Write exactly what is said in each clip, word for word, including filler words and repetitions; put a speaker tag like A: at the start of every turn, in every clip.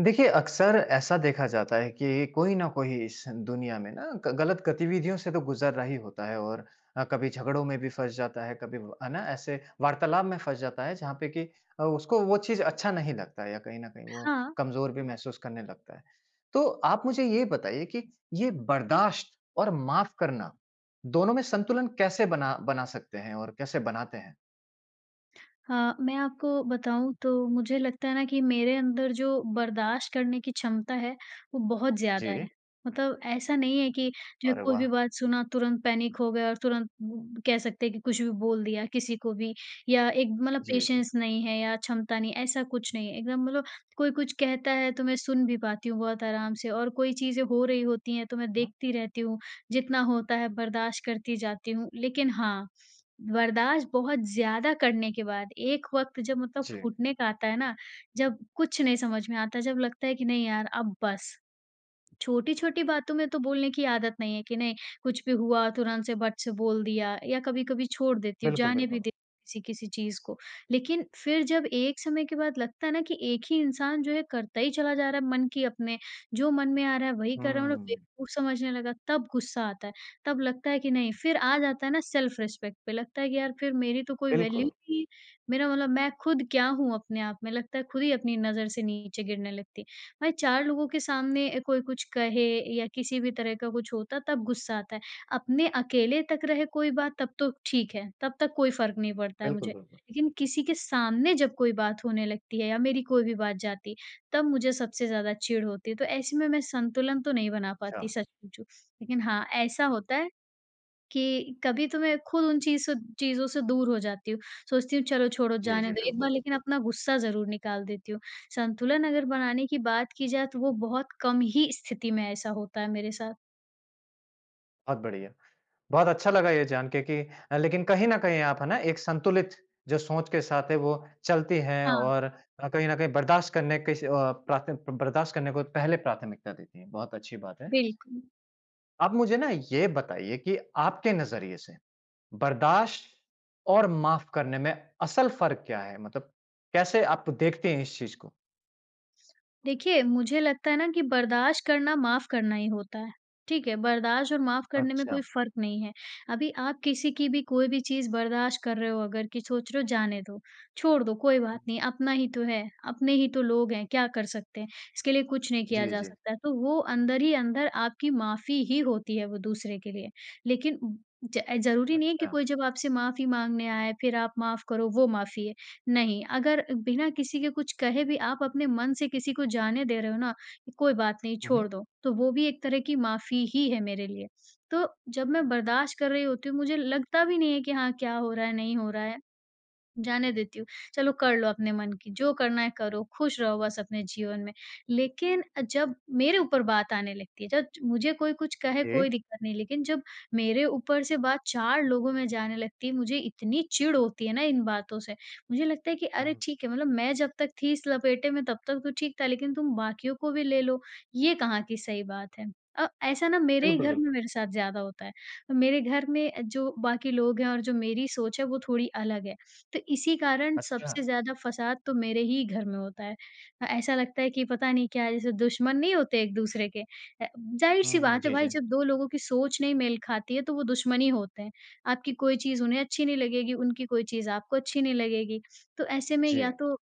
A: देखिए, अक्सर ऐसा देखा जाता है कि कोई न कोई इस दुनिया में ना ग गलत गतिविधियों से तो गुज़र रहा ही होता है और अ, कभी झगड़ों में भी फँस जाता है, कभी व है ना ऐसे वार्तालाप में फँस जाता है जहाँ पे कि अ, उसको वो चीज़ अच्छा नहीं लगता है या कहीं न कहीं वो
B: हाँ,
A: कमज़ोर भी महसूस करने लगता है। तो आप मुझे ये बताइए कि ये बर्दाश्त और माफ़ करना, दोनों में संतुलन कैसे बना बना सकते हैं और कैसे बनाते हैं?
B: हाँ, मैं आपको बताऊँ तो मुझे लगता है ना कि मेरे अंदर जो बर्दाश्त करने की क्षमता है, वो बहुत
A: जी।
B: ज़्यादा है। मतलब ऐसा नहीं है कि जो
A: अरे
B: कोई
A: वाह!
B: भी बात सुना तुरंत पैनिक हो गए और तुरंत ब कह सकते हैं कि कुछ भी बोल दिया किसी को भी या एक मतलब
A: जी, जी।
B: पेशेंस नहीं है या क्षमता नहीं, ऐसा कुछ नहीं है। एकदम मतलब कोई कुछ कहता है तो मैं सुन भी पाती हूँ बहुत आराम से और कोई चीज़ें हो रही होती हैं तो मैं
A: हुँ।
B: देखती रहती हूँ, जितना होता है बर्दाश्त करती जाती हूँ। लेकिन हाँ, बर्दाश्त बहुत ज़्यादा करने के बाद एक वक़्त जब मतलब
A: जी।
B: फूटने का आता है ना, जब कुछ नहीं समझ में आता, जब लगता है कि नहीं यार अब बस, छोटी-छोटी बातों में तो बोलने की आदत नहीं है कि नहीं, कुछ भी हुआ तुरंत से बट से बोल दिया या कभी-कभी छोड़ देती हूँ,
A: बिल्कुल,
B: जाने भी
A: बिल्कुल।
B: देती हूँ किसी-किसी चीज़ को। लेकिन फिर जब एक समय के बाद लगता है ना कि एक ही इंसान जो है करता ही चला जा रहा है मन की अपने, जो मन में आ रहा है वही कर रहा है और
A: हुँ।
B: बेवकूफ़ समझने लगा, तब गुस्सा आता है। तब लगता है कि नहीं फिर आ जाता है ना सेल्फ़ रिस्पेक्ट पे, लगता है कि यार फिर मेरी तो कोई वैल्यू
A: बिल्कुल,
B: नहीं है। मेरा मतलब मैं खुद क्या हूँ अपने आप में, लगता है खुद ही अपनी नज़र से नीचे गिरने लगती है। भाई चार लोगों के सामने अ, कोई कुछ कहे या किसी भी तरह का कुछ होता तब गुस्सा आता है। अपने अकेले तक रहे कोई बात तब तो ठीक है, तब तक कोई फ़र्क नहीं पड़ता है
A: बिल्कुल,
B: मुझे।
A: बिल्कुल।
B: लेकिन किसी के सामने जब कोई बात होने लगती है या मेरी कोई भी बात जाती है, तब मुझे सबसे ज़्यादा चिढ़ होती है। तो ऐसे में मैं संतुलन तो नहीं बना
A: अच्छा,
B: पाती सच पूछूँ। लेकिन हाँ, ऐसा होता है कि कभी तो मैं खुद उन चीज़ से चीज़ों से दूर हो जाती हूँ। सोचती हूँ चलो छोड़ो
A: जी, जी,
B: जाने
A: जी।
B: दो, एक बार
A: बिल्कुल।
B: लेकिन अपना गुस्सा ज़रूर निकाल देती हूँ। संतुलन अगर बनाने की बात की जाए तो वो बहुत कम ही स्थिति में ऐसा होता है मेरे साथ।
A: बहुत बढ़िया। बहुत अच्छा लगा ये जान के कि अ, लेकिन कहीं न कहीं आप है ना, एक संतुलित जो सोच के साथ है वो चलती हैं
B: हाँ,
A: और अ, कहीं न कहीं बर्दाश्त करने के स अ, प्राथ बर्दाश्त करने को पहले प्राथमिकता देती हैं। बहुत अच्छी बात है।
B: बिल्कुल।
A: आप मुझे ना ये बताइए कि आपके नज़रिए से बर्दाश्त और माफ़ करने में असल फ़र्क क्या है? मतलब कैसे आप देखते हैं इस चीज़ को?
B: देखिए, मुझे लगता है ना कि बर्दाश्त करना माफ़ करना ही होता है, ठीक है? बर्दाश्त और माफ़ करने में कोई
A: अच्छा।
B: फ़र्क नहीं है। अभी आप किसी की भी कोई भी चीज़ बर्दाश्त कर रहे हो अगर कि सोच रहे हो जाने दो, छोड़ दो कोई
A: हुँ,
B: बात नहीं, अपना ही तो है, अपने ही तो लोग हैं, क्या कर सकते हैं? इसके लिए कुछ नहीं किया
A: जी,
B: जा
A: जी।
B: सकता है। तो वो अंदर ही अंदर आपकी माफ़ी ही होती है वो दूसरे के लिए। लेकिन उ ज ज़रूरी नहीं है कि
A: अच्छा।
B: कोई जब आपसे माफ़ी माँगने आए, फिर आप माफ़ करो, वो माफ़ी है। नहीं, अगर बिना किसी के कुछ कहे भी आप अपने मन से किसी को जाने दे रहे हो ना, कि कोई बात नहीं
A: हुँ,
B: छोड़
A: हुँ।
B: दो, तो वो भी एक तरह की माफ़ी ही है मेरे लिए। तो जब मैं बर्दाश्त कर रही होती हूँ, मुझे लगता भी नहीं है कि हाँ, क्या हो रहा है, नहीं हो रहा है। जाने देती हूँ, चलो कर लो अपने मन की, जो करना है करो, खुश रहो बस अपने जीवन में। लेकिन अ, जब मेरे ऊपर बात आने लगती है, जब मुझे कोई कुछ कहे
A: जी।
B: कोई दिक्कत नहीं, लेकिन जब मेरे ऊपर से बात चार लोगों में जाने लगती है, मुझे इतनी चिढ़ होती है ना इन बातों से, मुझे लगता है कि अरे
A: हुँ,
B: ठीक है, मतलब मैं जब तक थी इस लपेटे में तब तक तो ठीक था, लेकिन तुम बाकियों को भी ले लो, ये कहाँ की सही बात है। अ, ऐसा ना मेरे ही
A: बिल्कुल,
B: घर में
A: बिल्कुल।
B: मेरे साथ ज़्यादा होता है। मेरे घर में जो बाकी लोग हैं और जो मेरी सोच है वो थोड़ी अलग है। तो इसी कारण
A: अच्छा।
B: सबसे ज़्यादा फसाद तो मेरे ही घर में होता है। अ, ऐसा लगता है कि पता नहीं क्या जैसे दुश्मन नहीं होते एक-दूसरे के। अ,
A: हुँ,
B: ज़ाहिर-सी
A: हुँ।
B: बात है
A: जी, जी।
B: भाई जब दो लोगों की सोच नहीं मेल खाती है तो वो दुश्मन ही होते हैं। आपकी कोई चीज़ उन्हें अच्छी नहीं लगेगी, उनकी कोई चीज़ आपको अच्छी नहीं लगेगी। तो ऐसे में
A: जी।
B: या तो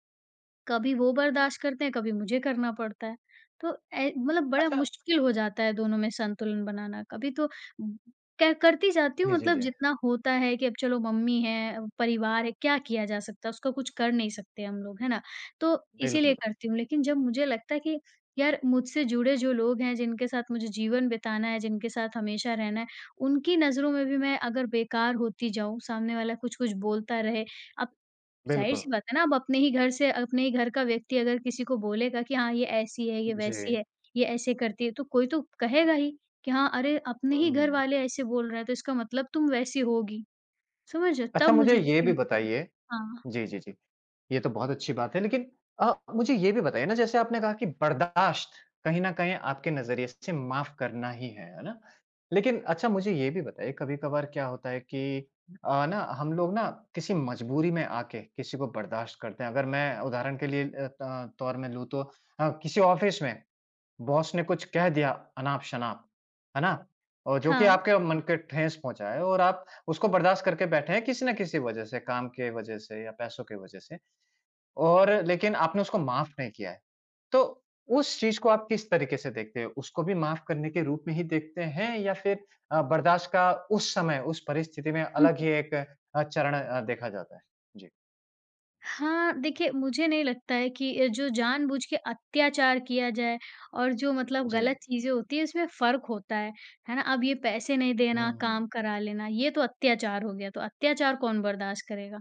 B: कभी वो बर्दाश्त करते हैं, कभी मुझे करना पड़ता है। तो ए मतलब बड़ा
A: अच्छा
B: मुश्किल हो जाता है दोनों में संतुलन बनाना। कभी तो क करती जाती हूँ
A: जी, जी,
B: मतलब
A: जी।
B: जितना होता है कि अब चलो मम्मी है, परिवार है, क्या किया जा सकता है? उसका कुछ कर नहीं सकते हम लोग, है ना? तो इसीलिए
A: बिल्कुल,
B: करती हूँ। लेकिन जब मुझे लगता है कि यार मुझसे जुड़े जो लोग हैं, जिनके साथ मुझे जीवन बिताना है, जिनके साथ हमेशा रहना है, उनकी नज़रों में भी मैं अगर बेकार होती जाऊँ, सामने वाला कुछ-कुछ बोलता रहे, अब
A: बिल्कुल।
B: ज़ाहिर-सी बात है ना, आप अपने ही घर से अपने ही घर का व्यक्ति अगर किसी को बोलेगा कि हाँ, ये ऐसी है, ये
A: जी।
B: वैसी है, ये ऐसे करती है, तो कोई तो कहेगा ही कि हाँ, अरे! अपने ही घर
A: हुँ।
B: वाले ऐसे बोल रहे हैं, तो इसका मतलब तुम वैसी होगी। समझ रहे हो?
A: अच्छा
B: तब
A: मुझे
B: मुझे
A: ये
B: चिढ़
A: भी
B: होती।
A: बताइए
B: हाँ,
A: जी, जी, जी। ये तो बहुत अच्छी बात है लेकिन अ, मुझे ये भी बताइए ना जैसे आपने कहा कि बर्दाश्त कहीं न कहीं आपके नज़रिए से माफ़ करना ही है, है ना? लेकिन अच्छा मुझे ये भी बताइए कभी-कभार क्या होता है कि अ, ना हम लोग ना किसी मजबूरी में आके किसी को बर्दाश्त करते हैं। अगर मैं उदाहरण के लिए अ, त तौर में लूँ तो अ, किसी ऑफ़िस में बॉस ने कुछ कह दिया अनाप-शनाप, है ना? और जो कि
B: हाँ।
A: आपके मन के ठेस पहुँचाए और आप उसको बर्दाश्त करके बैठे हैं किसी न किसी वजह से, काम के वजह से या पैसों की वजह से और लेकिन आपने उसको माफ़ नहीं किया है। तो उस चीज़ को आप किस तरीके से देखते हो? उसको भी माफ़ करने के रूप में ही देखते हैं या फिर अ, बर्दाश्त का उस समय, उस परिस्थिति में
B: हम्म।
A: अलग ही एक अ, चरण अ, देखा जाता है? जी।
B: हाँ, देखिए मुझे नहीं लगता है कि अ, जो जानबूझ के अत्याचार किया जाए और जो मतलब
A: जी।
B: गलत चीज़ें होती हैं, इसमें फ़र्क होता है। है ना? अब ये पैसे नहीं देना,
A: हुँ।
B: काम करा लेना, ये तो अत्याचार हो गया, तो अत्याचार कौन बर्दाश्त करेगा?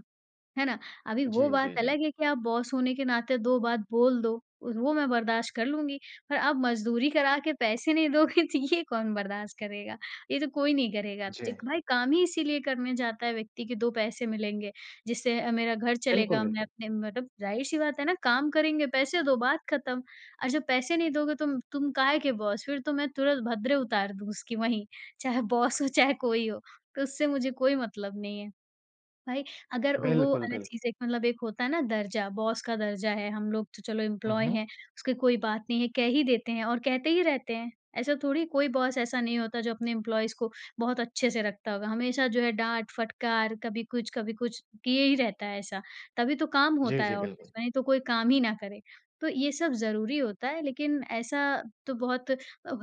B: है ना? अभी
A: जी,
B: वो
A: जी,
B: बात
A: जी।
B: अलग है कि आप बॉस होने के नाते दो बात बोल दो, उस- वो मैं बर्दाश्त कर लूँगी, पर आप मज़दूरी करा के पैसे नहीं दोगे तो ये कौन बर्दाश्त करेगा? ये तो कोई नहीं करेगा।
A: जी।
B: देख भाई काम ही इसीलिए करने जाता है व्यक्ति कि दो पैसे मिलेंगे, जिससे अ, मेरा घर
A: बिल्कुल,
B: चलेगा, मैं
A: बिल्कुल।
B: अपने मतलब ज़ाहिर-सी बात है ना काम करेंगे, पैसे दो, बात खत्म। और जब पैसे नहीं दोगे तुम तुम काहे के बॉस? फिर तो मैं तुरंत भद्दे उतार दूँ उसकी वहीं, चाहे बॉस हो, चाहे कोई हो। तो उससे मुझे कोई मतलब नहीं है। भाई अगर वो
A: बिल्कुल,
B: अलग
A: बिल्कुल।
B: चीज़ है कि मतलब एक होता है ना दर्जा, बॉस का दर्जा है, हम लोग तो चलो
A: हुँ,
B: एम्प्लॉयी
A: हुँ।
B: हैं, उसकी कोई बात नहीं है, कह ही देते हैं और कहते ही रहते हैं। ऐसा थोड़ी कोई बॉस ऐसा नहीं होता जो अपने एम्प्लॉइज़ को बहुत अच्छे से रखता होगा, हमेशा जो है डाँट, फटकार, कभी कुछ, कभी कुछ किए ही रहता है ऐसा, तभी तो काम
A: जी,
B: होता
A: जी,
B: है ऑफ़िस
A: बिल्कुल।
B: में, नहीं तो कोई काम ही ना करे। तो ये सब ज़रूरी होता है लेकिन ऐसा तो बहुत अ,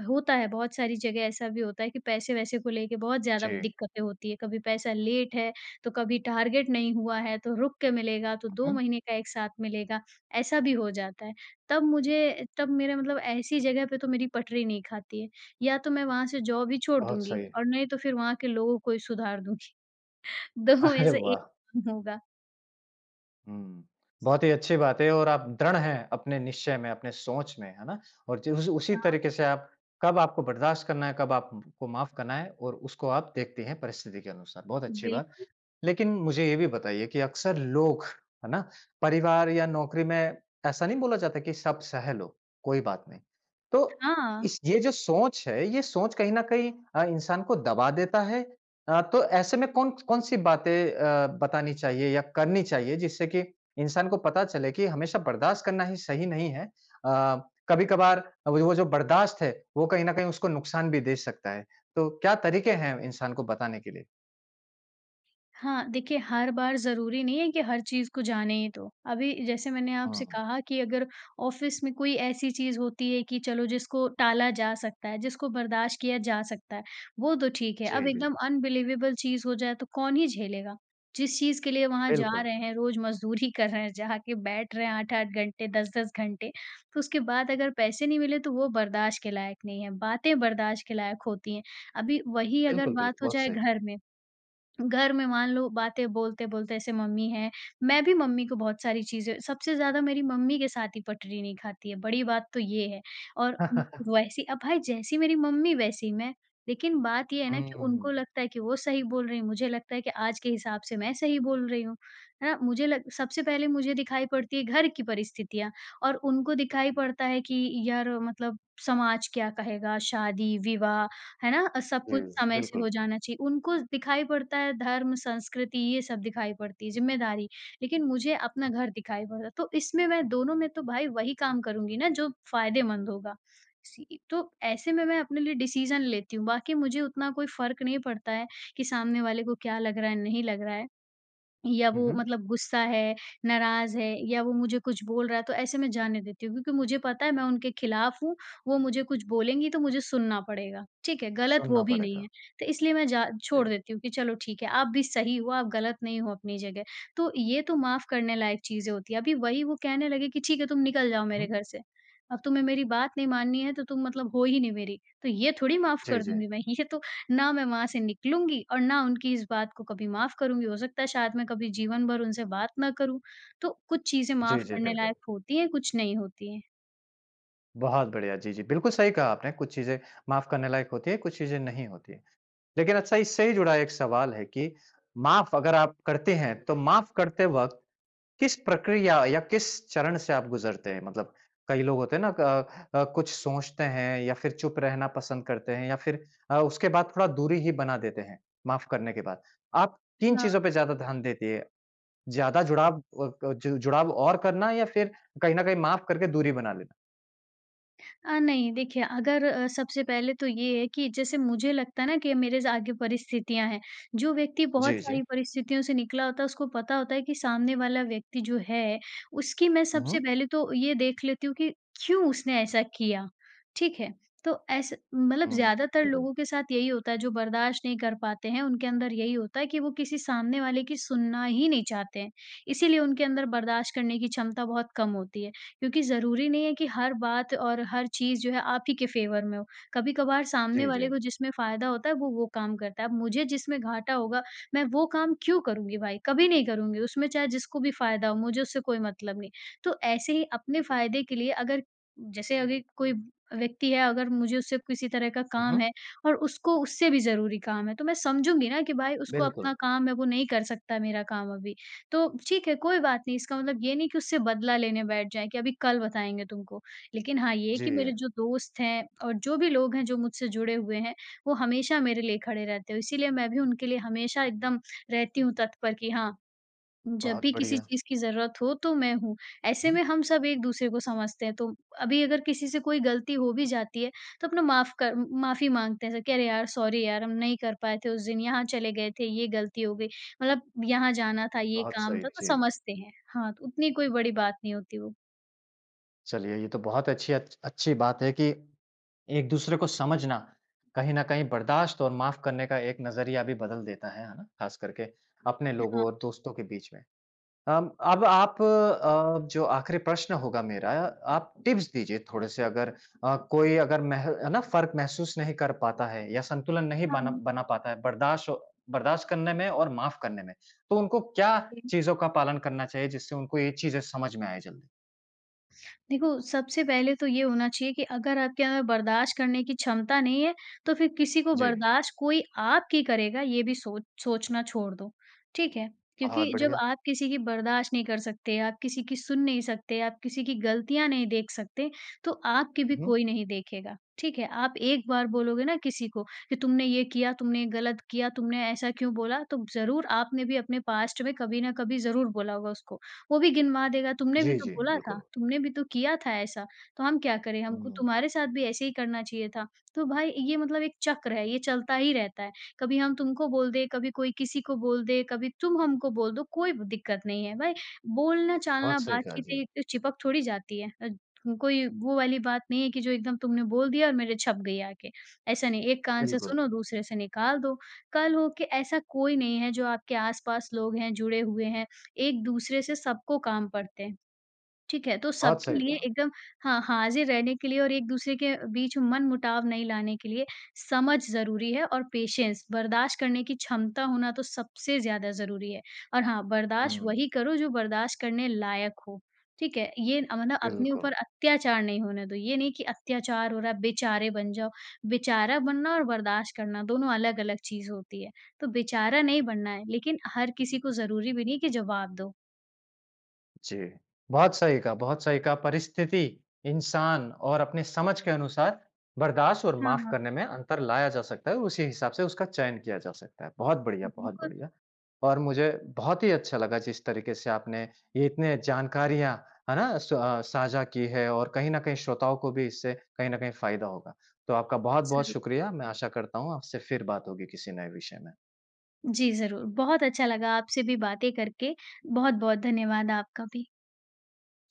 B: होता है, बहुत सारी जगह ऐसा भी होता है कि पैसे-वैसे को लेके बहुत ज़्यादा
A: जी।
B: दिक्कतें होती है, कभी पैसा लेट है, तो कभी टारगेट नहीं हुआ है तो रुक के मिलेगा, तो दो
A: हुँ,
B: महीने का एक साथ मिलेगा, ऐसा भी हो जाता है। तब मुझे तब मेरा मतलब ऐसी जगह पे तो मेरी पटरी नहीं खाती है। या तो मैं वहाँ से जॉब ही छोड़
A: बहुत
B: दूँगी
A: सही।
B: और नहीं तो फिर वहाँ के लोगों को ही सुधार दूँगी। दो में
A: अरे
B: से एक
A: वाह!
B: होगा।
A: हुँ, बहुत ही अच्छी बात है और आप दृढ़ हैं अपने निश्चय में, अपने सोच में, है ना? और जो उस उसी
B: हाँ,
A: तरीके से आप कब आपको बर्दाश्त करना है, कब आपको माफ़ करना है और उसको आप देखती हैं परिस्थिति के अनुसार। बहुत अच्छी बात।
B: बिल्कुल।
A: लेकिन मुझे ये भी बताइए कि अक्सर लोग, है ना, परिवार या नौकरी में ऐसा नहीं बोला जाता कि सब सह लो, कोई बात नहीं। तो इस
B: हाँ।
A: ये जो सोच है, ये सोच कहीं न कहीं अ, इंसान को दबा देता है। अ, तो ऐसे में कौन कौन-सी बातें अ, बतानी चाहिए या करनी चाहिए जिससे कि इंसान को पता चले कि हमेशा बर्दाश्त करना ही सही नहीं है। अ, कभी-कभार वो वो जो बर्दाश्त है, वो कहीं न कहीं उसको नुकसान भी दे सकता है। तो क्या तरीके हैं इंसान को बताने के लिए?
B: हाँ, देखिए हर बार ज़रूरी नहीं है कि हर चीज़ को जाने ही तो। अभी जैसे मैंने आपसे
A: हुँ,
B: कहा कि अगर ऑफ़िस में कोई ऐसी चीज़ होती है कि चलो जिसको टाला जा सकता है, जिसको बर्दाश्त किया जा सकता है, वो तो ठीक है।
A: जी,
B: अब
A: जी।
B: एकदम अनबिलीवेबल चीज़ हो जाए तो कौन ही झेलेगा? जिस चीज़ के लिए वहाँ जा
A: बिल्कुल,
B: रहे हैं, रोज़ मज़दूरी कर रहे हैं, जा के बैठ रहे हैं आठ आठ घंटे, दस दस घंटे, तो उसके बाद अगर पैसे नहीं मिले तो वो बर्दाश्त के लायक नहीं है, बातें बर्दाश्त के लायक होती हैं। अभी वही अगर
A: बिल्कुल, बिल्कुल,
B: बात हो
A: बहुत
B: जाए
A: सही।
B: घर में घर में मान लो बातें बोलते-बोलते ऐसे मम्मी है, मैं भी मम्मी को बहुत सारी चीज़ें सबसे ज़्यादा मेरी मम्मी के साथ ही पटरी नहीं खाती है, बड़ी बात तो ये है। और उम, वैसी अब भाई जैसी मेरी मम्मी वैसी मैं, लेकिन बात ये है ना कि उनको
A: हुँ।
B: लगता है कि वो सही बोल रही हैं, मुझे लगता है कि आज के हिसाब से मैं सही बोल रही हूँ, है ना? मुझे लग सबसे पहले मुझे दिखाई पड़ती है घर की परिस्थितियाँ और उनको दिखाई पड़ता है कि यार मतलब समाज क्या कहेगा, शादी, विवाह है ना? अ, सब
A: जी,
B: कुछ समय से
A: बिल्कुल।
B: हो जाना चाहिए। उनको दिखाई पड़ता है धर्म, संस्कृति ये सब दिखाई पड़ती है, ज़िम्मेदारी। लेकिन मुझे अपना
A: हुँ,
B: घर दिखाई पड़ता है। तो इसमें मैं दोनों में तो भाई वही काम करूँगी ना जो फ़ायदेमंद होगा। सी तो ऐसे में मैं अपने लिए डिसीज़न लेती हूँ, बाकी मुझे उतना कोई फ़र्क नहीं पड़ता है कि सामने वाले को क्या लग रहा है, नहीं लग रहा है। या
A: हुँ,
B: वो
A: हुँ।
B: मतलब गुस्सा है, नाराज़ है या वो मुझे कुछ बोल रहा है तो ऐसे मैं जाने देती हूँ क्योंकि मुझे पता है मैं उनके खिलाफ हूँ, वो मुझे कुछ बोलेंगी तो मुझे सुनना पड़ेगा, ठीक है? गलत
A: सुनना
B: वो भी नहीं
A: पड़ेगा।
B: है। तो इसलिए मैं जा
A: जी।
B: छोड़ देती हूँ कि चलो ठीक है, आप भी सही हो, आप गलत नहीं हो अपनी जगह। तो ये तो माफ़ करने लायक चीज़ें होती हैं। अभी वही वो कहने लगे कि ठीक है तुम निकल जाओ
A: हुँ,
B: मेरे
A: हुँ।
B: घर से, अब तुम्हें मेरी बात नहीं माननी है तो तुम मतलब हो ही नहीं मेरी, तो ये थोड़ी माफ़
A: जी,
B: कर
A: जी।
B: दूँगी मैं। ये तो ना मैं वहाँ से निकलूँगी और ना उनकी इस बात को कभी माफ़ करूँगी। हो सकता है शायद मैं कभी जीवन भर उनसे बात ना करूँ। तो कुछ चीज़ें
A: जी,
B: माफ़
A: जी,
B: करने
A: बिल्कुल।
B: लायक होती हैं, कुछ नहीं होती हैं।
A: बहुत बढ़िया, जी, जी, बिल्कुल सही कहा आपने, कुछ चीज़ें माफ़ करने लायक होती हैं, कुछ चीज़ें नहीं होती हैं। लेकिन अच्छा इससे ही जुड़ा एक सवाल है कि माफ़ अगर आप करते हैं, तो माफ़ करते वक़्त किस प्रक्रिया या किस चरण से आप गुज़रते हैं? मतलब कई लोग होते हैं ना क अ, कुछ सोचते हैं या फिर चुप रहना पसंद करते हैं या फिर अ, उसके बाद थोड़ा दूरी ही बना देते हैं, माफ़ करने के बाद। आप किन
B: हाँ।
A: चीज़ों पे ज़्यादा ध्यान देती है? ज़्यादा जुड़ाव अ, क जु जुड़ाव और करना या फिर कहीं न कहीं माफ़ करके दूरी बना लेना?
B: अ, नहीं देखिए अगर अ, सबसे पहले तो ये है कि जैसे मुझे लगता है ना कि मेरे ज आगे परिस्थितियाँ हैं। जो व्यक्ति बहुत
A: जी, जी।
B: सारी परिस्थितियों से निकला होता है उसको पता होता है कि सामने वाला व्यक्ति जो है, उसकी मैं सबसे
A: उहुँ।
B: पहले तो ये देख लेती हूँ कि क्यों उसने ऐसा किया? ठीक है? तो ऐसे मतलब
A: हुँ,
B: ज़्यादातर
A: बिल्कुल।
B: लोगों के साथ यही होता है जो बर्दाश्त नहीं कर पाते हैं, उनके अंदर यही होता है कि वो किसी सामने वाले की सुनना ही नहीं चाहते हैं। इसीलिए उनके अंदर बर्दाश्त करने की क्षमता बहुत कम होती है। क्योंकि ज़रूरी नहीं है कि हर बात और हर चीज़ जो है आप ही के फ़ेवर में हो। कभी-कभार सामने
A: जी, जी।
B: वाले को जिसमें फ़ायदा होता है, वो वो काम करता है। अब मुझे जिसमें घाटा होगा, मैं वो काम क्यों करूँगी भाई? कभी नहीं करूँगी, उसमें चाहे जिसको भी फ़ायदा हो, मुझे उससे कोई मतलब नहीं। तो ऐसे ही अपने फ़ायदे के लिए अगर जैसे अगर कोई व्यक्ति है, अगर मुझे उससे किसी तरह का काम
A: उहुँ।
B: है और उसको उससे भी ज़रूरी काम है, तो मैं समझूँगी ना कि भाई उसको
A: बिल्कुल।
B: अपना काम है, वो नहीं कर सकता मेरा काम अभी। तो ठीक है, कोई बात नहीं इसका मतलब ये नहीं कि उससे बदला लेने बैठ जाएँ कि अभी कल बताएँगे तुमको। लेकिन हाँ, ये है
A: जी,
B: कि मेरे जो दोस्त हैं और जो भी लोग हैं जो मुझसे जुड़े हुए हैं, वो हमेशा मेरे लिए खड़े रहते हैं। इसीलिए मैं भी उनके लिए हमेशा एकदम रहती हूँ तत्पर कि हाँ, जब
A: बहुत
B: भी किसी
A: बढ़िया।
B: चीज़ की ज़रूरत हो तो मैं हूँ। ऐसे
A: उहुँ,
B: में हम सब एक-दूसरे को समझते हैं, तो अभी अगर किसी से कोई गलती हो भी जाती है, तो अपना माफ़ कर माफ़ी माँगते हैं, जैसे कि अरे यार सॉरी यार, हम नहीं कर पाए थे उस दिन, यहाँ चले गए थे, ये गलती हो गई, मतलब यहाँ जाना था, ये
A: बहुत
B: काम
A: सही।
B: था, तो
A: जी।
B: समझते हैं। हाँ, तो उतनी कोई बड़ी बात नहीं होती वो।
A: चलिए, ये तो बहुत अच्छी अच अच्छी बात है कि एक दूसरे को समझना, कहीं न कहीं बर्दाश्त और माफ़ करने का एक नज़रिया भी बदल देता है, है ना? ख़ास करके अपने लोगों
B: हाँ,
A: और दोस्तों के बीच में। अम, अब आप अ, जो आख़िरी प्रश्न होगा मेरा, आप टिप्स दीजिए थोड़े से अगर अ, कोई अगर मह है ना फ़र्क महसूस नहीं कर पाता है या संतुलन नहीं बना
B: हाँ
A: बना पाता है बर्दाश्त औ बर्दाश्त करने में और माफ़ करने में, तो उनको क्या
B: जी।
A: चीज़ों का पालन करना चाहिए जिससे उनको ये चीज़ें समझ में आए जल्दी?
B: देखो, सबसे पहले तो ये होना चाहिए कि अगर आपके अंदर बर्दाश्त करने की क्षमता नहीं है, तो फिर किसी को
A: जी,
B: बर्दाश्त कोई आपकी करेगा ये भी सोच सोचना छोड़ दो, ठीक है?
A: बहुत
B: क्योंकि जब
A: बढ़िया।
B: आप किसी की बर्दाश्त नहीं कर सकते, आप किसी की सुन नहीं सकते, आप किसी की गलतियाँ नहीं देख सकते, तो आपकी भी
A: हुँ,
B: कोई नहीं देखेगा, ठीक है? आप एक बार बोलोगे ना किसी को कि तुमने ये किया, तुमने ये गलत किया, तुमने ऐसा क्यों बोला? तो ज़रूर आपने भी अपने पास्ट में कभी न कभी ज़रूर बोला होगा उसको। वो भी गिनवा देगा, तुमने भी
A: जी,
B: तो
A: जी,
B: बोला था,
A: बिल्कुल।
B: तुमने भी तो किया था ऐसा, तो हम क्या करें? हमको
A: हुँ।
B: तुम्हारे साथ भी ऐसे ही करना चाहिए था। तो भाई ये मतलब एक चक्र है, ये चलता ही रहता है। कभी हम तुमको बोल दें, कभी कोई किसी को बोल दे, कभी तुम हमको बोल दो, कोई दिक्कत नहीं है। भाई
A: बहुत
B: बोलना-चालना,
A: सही कहा
B: बातचीत
A: जी,
B: एक तो चिपक थोड़ी जाती है। अ, कोई वो वाली बात नहीं है कि जो एकदम तुमने बोल दिया और मेरे छप गई आके। ऐसा नहीं, एक कान से
A: बिल्कुल,
B: सुनो, दूसरे से निकाल दो। कल हो के ऐसा कोई नहीं है जो आपके आस-पास लोग हैं, जुड़े हुए हैं, एक-दूसरे से सबको काम पड़ते हैं, ठीक है? तो
A: बहुत
B: सबके
A: सही
B: लिए
A: कहा।
B: एकदम हाँ, हाज़िर रहने के लिए और एक-दूसरे के बीच मनमुटाव नहीं लाने के लिए समझ ज़रूरी है और पेशेंस, बर्दाश्त करने की क्षमता होना तो सबसे ज़्यादा ज़रूरी है। और हाँ, बर्दाश्त
A: हुँ,
B: वही करो जो बर्दाश्त करने लायक हो, ठीक है? ये अ, मतलब अपने
A: बिल्कुल,
B: ऊपर अत्याचार नहीं होने दो, ये नहीं कि अत्याचार हो रहा है, बेचारे बन जाओ। बेचारा बनना और बर्दाश्त करना दोनों अलग-अलग चीज़ होती है। तो बेचारा नहीं बनना है, लेकिन हर किसी को ज़रूरी भी नहीं है कि जवाब दो।
A: जी। बहुत सही कहा, बहुत सही कहा, परिस्थिति, इंसान और अपनी समझ के अनुसार बर्दाश्त और
B: हाँ,
A: माफ़
B: हाँ।
A: करने में अंतर लाया जा सकता है, उसी हिसाब से उसका चयन किया जा सकता है। बहुत बढ़िया, बहुत
B: बिल्कुल,
A: बढ़िया और मुझे बहुत ही अच्छा लगा जिस तरीके से आपने ये इतने जानकारियाँ, है ना? स अ, साझा की है और कहीं न कहीं श्रोताओं को भी इससे कहीं न कहीं फ़ायदा होगा। तो आपका बहुत-बहुत
B: ज़रूर।
A: शुक्रिया, मैं आशा करता हूँ आपसे फिर बात होगी किसी नए विषय में।
B: जी, ज़रूर। बहुत अच्छा लगा आपसे भी बातें करके। बहुत-बहुत धन्यवाद आपका भी।